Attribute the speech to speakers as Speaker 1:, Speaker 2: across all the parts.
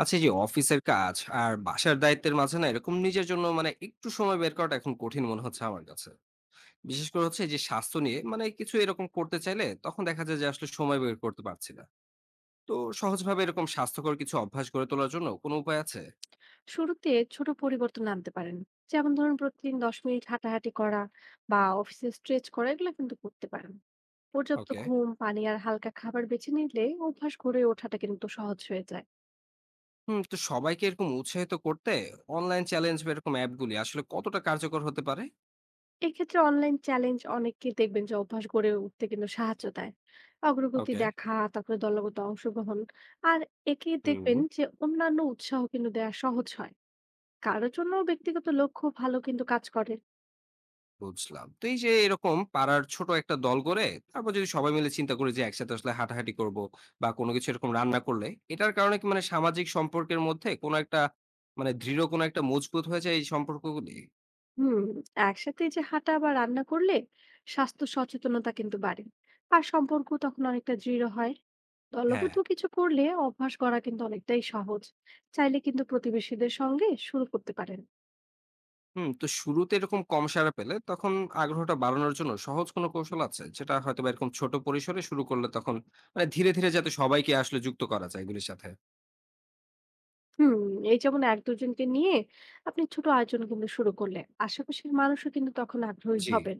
Speaker 1: আচ্ছা, এই যে অফিসের কাজ আর বাসার দায়িত্বের মাঝে না এরকম নিজের জন্য মানে একটু সময় বের করাটা এখন কঠিন মনে হচ্ছে আমার কাছে। বিশেষ করে হচ্ছে এই যে স্বাস্থ্য নিয়ে মানে কিছু এরকম করতে চাইলে তখন দেখা যায় যে আসলে সময় বের করতে পারছি না। তো সহজভাবে এরকম স্বাস্থ্যকর কিছু অভ্যাস গড়ে তোলার জন্য কোনো উপায় আছে?
Speaker 2: শুরুতে ছোট পরিবর্তন আনতে পারেন। যেমন ধরুন, প্রতিদিন 10 মিনিট হাঁটাহাঁটি করা বা অফিসে স্ট্রেচ করা, এগুলো কিন্তু করতে পারেন। পর্যাপ্ত
Speaker 1: ওকে।
Speaker 2: ঘুম, পানি আর হালকা খাবার বেছে নিলে অভ্যাস গড়ে ওঠাটা কিন্তু সহজ হয়ে যায়।
Speaker 1: হুম, তো সবাইকে এরকম উৎসাহিত করতে অনলাইন চ্যালেঞ্জ বা এরকম অ্যাপগুলি আসলে কতটা কার্যকর হতে পারে?
Speaker 2: এক্ষেত্রে অনলাইন চ্যালেঞ্জ অনেককে দেখবেন যে অভ্যাস গড়ে উঠতে কিন্তু সাহায্য দেয়। অগ্রগতি
Speaker 1: ওকে।
Speaker 2: দেখা, তারপরে দলগত অংশগ্রহণ আর একে
Speaker 1: হুম।
Speaker 2: দেখবেন যে অন্যান্য উৎসাহ কিন্তু দেওয়া সহজ হয়। কারোর জন্য ব্যক্তিগত লক্ষ্য ভালো কিন্তু কাজ করে।
Speaker 1: বুঝলাম। তো এই যে এরকম পাড়ার ছোট একটা দল করে তারপর যদি সবাই মিলে চিন্তা করি যে একসাথে আসলে হাঁটাহাঁটি করব বা কোনো কিছু এরকম রান্না করলে, এটার কারণে কি মানে সামাজিক সম্পর্কের মধ্যে কোনো একটা মানে দৃঢ় কোনো একটা মজবুত হয়ে যায় এই সম্পর্কগুলি?
Speaker 2: হুম। একসাথে এই যে হাঁটা বা রান্না করলে স্বাস্থ্য সচেতনতা কিন্তু বাড়ে, আর সম্পর্ক তখন অনেকটা দৃঢ় হয়।
Speaker 1: হ্যাঁ।
Speaker 2: দলবদ্ধ কিছু করলে অভ্যাস করা কিন্তু অনেকটাই সহজ। চাইলে কিন্তু প্রতিবেশীদের সঙ্গে শুরু করতে পারেন।
Speaker 1: হুম। তো শুরুতে এরকম কম সাড়া পেলে তখন আগ্রহটা বাড়ানোর জন্য সহজ কোনো কৌশল আছে? যেটা হয়তোবা এরকম ছোট পরিসরে শুরু করলে তখন মানে ধীরে, ধীরে যাতে সবাইকে আসলে যুক্ত করা যায় এগুলির সাথে?
Speaker 2: হুম। এই যেমন এক দুজনকে নিয়ে আপনি ছোট আয়োজন কিন্তু শুরু করলে আশেপাশের মানুষও কিন্তু তখন আগ্রহী
Speaker 1: জি।
Speaker 2: হবেন।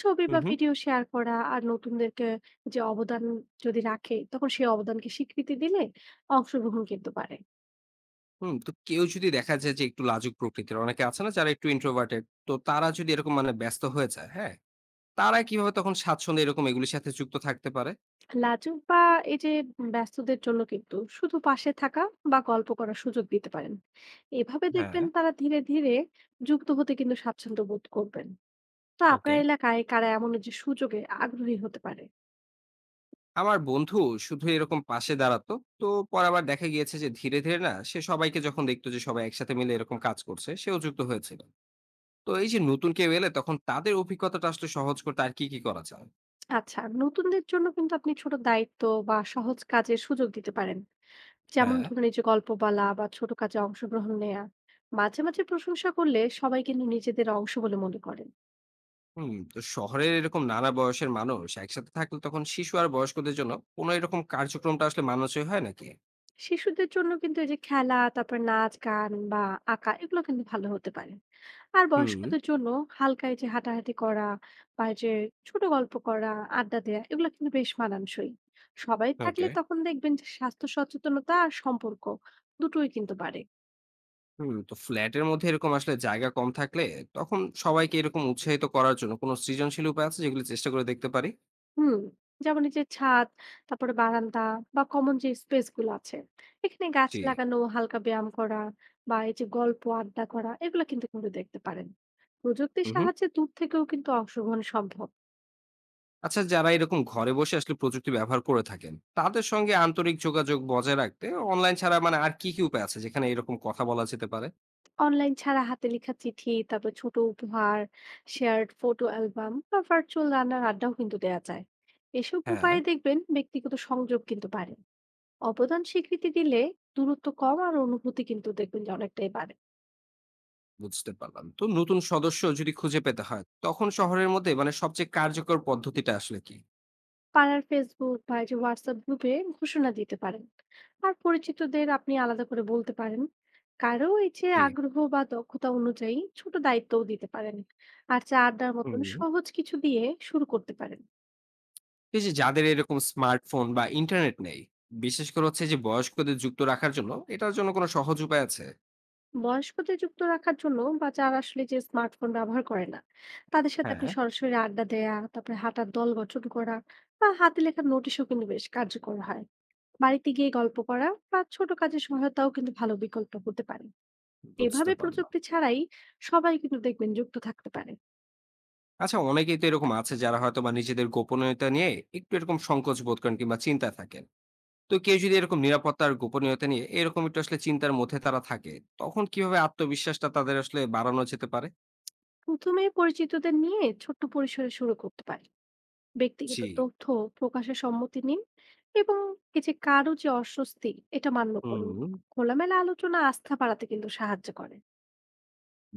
Speaker 2: ছবি
Speaker 1: হু,
Speaker 2: বা
Speaker 1: হু।
Speaker 2: ভিডিও শেয়ার করা আর নতুনদেরকে যে অবদান যদি রাখে, তখন সেই অবদানকে স্বীকৃতি দিলে অংশগ্রহণ কিন্তু বাড়ে।
Speaker 1: হুম, তো কেউ যদি দেখা যায় যে একটু লাজুক প্রকৃতির, অনেকে আছে না যারা একটু ইন্ট্রোভার্টেড, তো তারা যদি এরকম মানে ব্যস্ত হয়ে যায়, হ্যাঁ? তারা কিভাবে তখন স্বাচ্ছন্দ্যে এরকম এগুলির সাথে যুক্ত থাকতে পারে?
Speaker 2: লাজুক বা এই যে ব্যস্তদের জন্য কিন্তু শুধু পাশে থাকা বা গল্প করার সুযোগ দিতে পারেন। এভাবে
Speaker 1: হ্যাঁ,
Speaker 2: দেখবেন তারা ধীরে ধীরে যুক্ত হতে কিন্তু স্বাচ্ছন্দ্য বোধ করবেন। তো
Speaker 1: ওকে।
Speaker 2: আপনার এলাকায় কারা এমন যে সুযোগে আগ্রহী হতে পারে?
Speaker 1: আমার বন্ধু শুধু এরকম পাশে দাঁড়াতো। তো পরে আবার দেখা গিয়েছে যে ধীরে, ধীরে না সে সবাইকে যখন দেখতো যে সবাই একসাথে মিলে এরকম কাজ করছে, সেও যুক্ত হয়েছিল। তো এই যে নতুন কেউ এলে তখন তাদের অভিজ্ঞতাটা আসলে সহজ করতে আর কি, কি করা যায়?
Speaker 2: আচ্ছা, নতুনদের জন্য কিন্তু আপনি ছোট দায়িত্ব বা সহজ কাজের সুযোগ দিতে পারেন। যেমন
Speaker 1: হ্যাঁ।
Speaker 2: ধরুন, এই যে গল্প বলা বা ছোট কাজে অংশগ্রহণ নেয়া। মাঝে মাঝে প্রশংসা করলে সবাই কিন্তু নিজেদের অংশ বলে মনে করে।
Speaker 1: হুম, তো শহরের এরকম নানা বয়সের মানুষ একসাথে থাকলে তখন শিশু আর বয়স্কদের জন্য কোনো এরকম কার্যক্রমটা আসলে মানানসই হয় নাকি?
Speaker 2: শিশুদের জন্য কিন্তু এই যে খেলা, তারপর নাচ, গান বা আঁকা, এগুলো কিন্তু ভালো হতে পারে। আর
Speaker 1: হুম।
Speaker 2: বয়স্কদের জন্য হালকা এই যে হাঁটাহাঁটি করা, বা এই যে ছোট গল্প করা, আড্ডা দেওয়া, এগুলো কিন্তু বেশ মানানসই। সবাই থাকলে
Speaker 1: ওকে।
Speaker 2: তখন দেখবেন যে স্বাস্থ্য সচেতনতা আর সম্পর্ক দুটোই কিন্তু বাড়ে।
Speaker 1: হুম, তো ফ্ল্যাটের মধ্যে এরকম আসলে জায়গা কম থাকলে তখন সবাইকে এরকম উৎসাহিত করার জন্য কোনো সৃজনশীল উপায় আছে যেগুলো চেষ্টা করে দেখতে পারি?
Speaker 2: হুম। যেমন এই যে ছাদ, তারপরে বারান্দা বা কমন যে স্পেস গুলো আছে, এখানে গাছ
Speaker 1: জি।
Speaker 2: লাগানো, হালকা ব্যায়াম করা বা এই যে গল্প আড্ডা করা, এগুলো কিন্তু করে দেখতে পারেন। প্রযুক্তির
Speaker 1: হুম, হুম।
Speaker 2: সাহায্যে দূর থেকেও কিন্তু অংশগ্রহণ সম্ভব।
Speaker 1: আচ্ছা, যারা এরকম ঘরে বসে আসলে প্রযুক্তি ব্যবহার করে থাকেন তাদের সঙ্গে আন্তরিক যোগাযোগ বজায় রাখতে অনলাইন ছাড়া মানে আর কি কি উপায় আছে যেখানে এরকম কথা বলা যেতে পারে?
Speaker 2: অনলাইন ছাড়া হাতে লেখা চিঠি, তারপর ছোট উপহার, শেয়ার্ড ফটো অ্যালবাম বা ভার্চুয়াল রান্নার আড্ডাও কিন্তু দেওয়া যায়। এসব
Speaker 1: হ্যাঁ।
Speaker 2: উপায়ে দেখবেন ব্যক্তিগত সংযোগ কিন্তু বাড়ে। অবদান স্বীকৃতি দিলে দূরত্ব কম আর অনুভূতি কিন্তু দেখবেন যে অনেকটাই বাড়ে।
Speaker 1: বুঝতে পারলাম। তো নতুন সদস্য যদি খুঁজে পেতে হয়, তখন শহরের মধ্যে মানে সবচেয়ে কার্যকর পদ্ধতিটা আসলে কি?
Speaker 2: পাড়ার ফেসবুক বা এই যে হোয়াটসঅ্যাপ গ্রুপে ঘোষণা দিতে পারেন। আর পরিচিতদের আপনি আলাদা করে বলতে পারেন। কারো এই যে
Speaker 1: জি।
Speaker 2: আগ্রহ বা দক্ষতা অনুযায়ী ছোট দায়িত্বও দিতে পারেন। আর চা আড্ডার মতন
Speaker 1: হুম।
Speaker 2: সহজ কিছু দিয়ে শুরু করতে পারেন।
Speaker 1: এই যে যাদের এরকম স্মার্টফোন বা ইন্টারনেট নেই, বিশেষ করে হচ্ছে যে বয়স্কদের যুক্ত রাখার জন্য, এটার জন্য কোনো সহজ উপায় আছে?
Speaker 2: বয়স্কদের যুক্ত রাখার জন্য বা যারা আসলে যে স্মার্টফোন ব্যবহার করে না, তাদের সাথে আপনি
Speaker 1: হ্যাঁ।
Speaker 2: সরাসরি আড্ডা দেয়া, তারপরে হাঁটার দল গঠন করা বা হাতে লেখা নোটিশও কিন্তু বেশ কার্যকর হয়। বাড়িতে গিয়ে গল্প করা বা ছোট কাজের সহায়তাও কিন্তু ভালো বিকল্প হতে পারে।
Speaker 1: বুঝতে
Speaker 2: এভাবে
Speaker 1: পারলাম।
Speaker 2: প্রযুক্তি ছাড়াই সবাই কিন্তু দেখবেন যুক্ত থাকতে পারে।
Speaker 1: আচ্ছা, অনেকেই তো এরকম আছে যারা হয়তো বা নিজেদের গোপনীয়তা নিয়ে একটু এরকম সংকোচ বোধ করেন কিংবা চিন্তায় থাকেন। তো কেউ যদি এরকম নিরাপত্তার গোপনীয়তা নিয়ে এরকম একটু আসলে চিন্তার মধ্যে তারা থাকে, তখন কিভাবে আত্মবিশ্বাসটা তাদের আসলে বাড়ানো যেতে পারে?
Speaker 2: প্রথমে পরিচিতদের নিয়ে ছোট্ট পরিসরে শুরু করতে পারে। ব্যক্তিগত
Speaker 1: জি।
Speaker 2: তথ্য প্রকাশের সম্মতি নিন, এবং এই যে কারো যে অস্বস্তি, এটা মান্য করুন।
Speaker 1: হুম।
Speaker 2: খোলামেলা আলোচনা আস্থা বাড়াতে কিন্তু সাহায্য করে।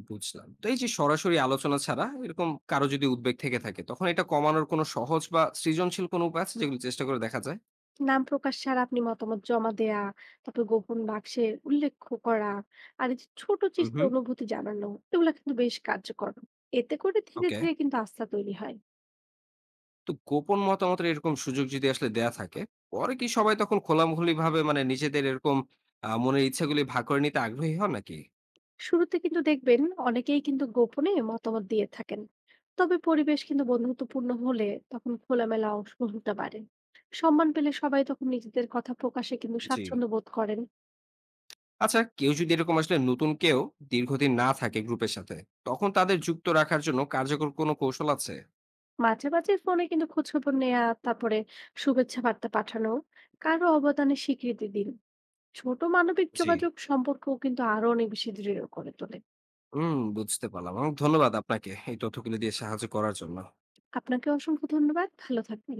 Speaker 1: বুঝলাম। তো এই যে সরাসরি আলোচনা ছাড়া এরকম কারো যদি উদ্বেগ থেকে থাকে, তখন এটা কমানোর কোনো সহজ বা সৃজনশীল কোনো উপায় আছে যেগুলো চেষ্টা করে দেখা যায়?
Speaker 2: নাম প্রকাশ ছাড়া আপনি মতামত জমা দেয়া, তারপর গোপন বাক্সে উল্লেখ করা, আর এই যে ছোট
Speaker 1: হুম,
Speaker 2: চিঠিতে
Speaker 1: হুম।
Speaker 2: অনুভূতি জানানো, এগুলো কিন্তু বেশ কার্যকর। এতে করে ধীরে
Speaker 1: ওকে।
Speaker 2: ধীরে কিন্তু আস্থা তৈরি হয়।
Speaker 1: তো গোপন মতামতের এরকম সুযোগ যদি আসলে দেয়া থাকে, পরে কি সবাই তখন খোলাখুলিভাবে মানে নিজেদের এরকম মনের ইচ্ছাগুলি ভাগ করে নিতে আগ্রহী হন নাকি?
Speaker 2: শুরুতে কিন্তু দেখবেন অনেকেই কিন্তু গোপনে মতামত দিয়ে থাকেন। তবে পরিবেশ কিন্তু বন্ধুত্বপূর্ণ হলে তখন খোলামেলা অংশগ্রহণটা বাড়ে। সম্মান পেলে সবাই তখন নিজেদের কথা প্রকাশে কিন্তু
Speaker 1: জি।
Speaker 2: স্বাচ্ছন্দ্য বোধ করেন।
Speaker 1: আচ্ছা, কেউ যদি এরকম আসলে নতুন কেউ দীর্ঘদিন না থাকে গ্রুপের সাথে, তখন তাদের যুক্ত রাখার জন্য কার্যকর কোনো কৌশল আছে?
Speaker 2: মাঝে মাঝে ফোনে কিন্তু খোঁজখবর নেওয়া, তারপরে শুভেচ্ছা বার্তা পাঠানো, কারো অবদানে স্বীকৃতি দিন। ছোট মানবিক
Speaker 1: জি।
Speaker 2: যোগাযোগ সম্পর্কও কিন্তু আরো অনেক বেশি দৃঢ় করে তোলে।
Speaker 1: হুম, বুঝতে পারলাম। অনেক ধন্যবাদ আপনাকে এই তথ্যগুলো দিয়ে সাহায্য করার জন্য।
Speaker 2: আপনাকে অসংখ্য ধন্যবাদ। ভালো থাকবেন।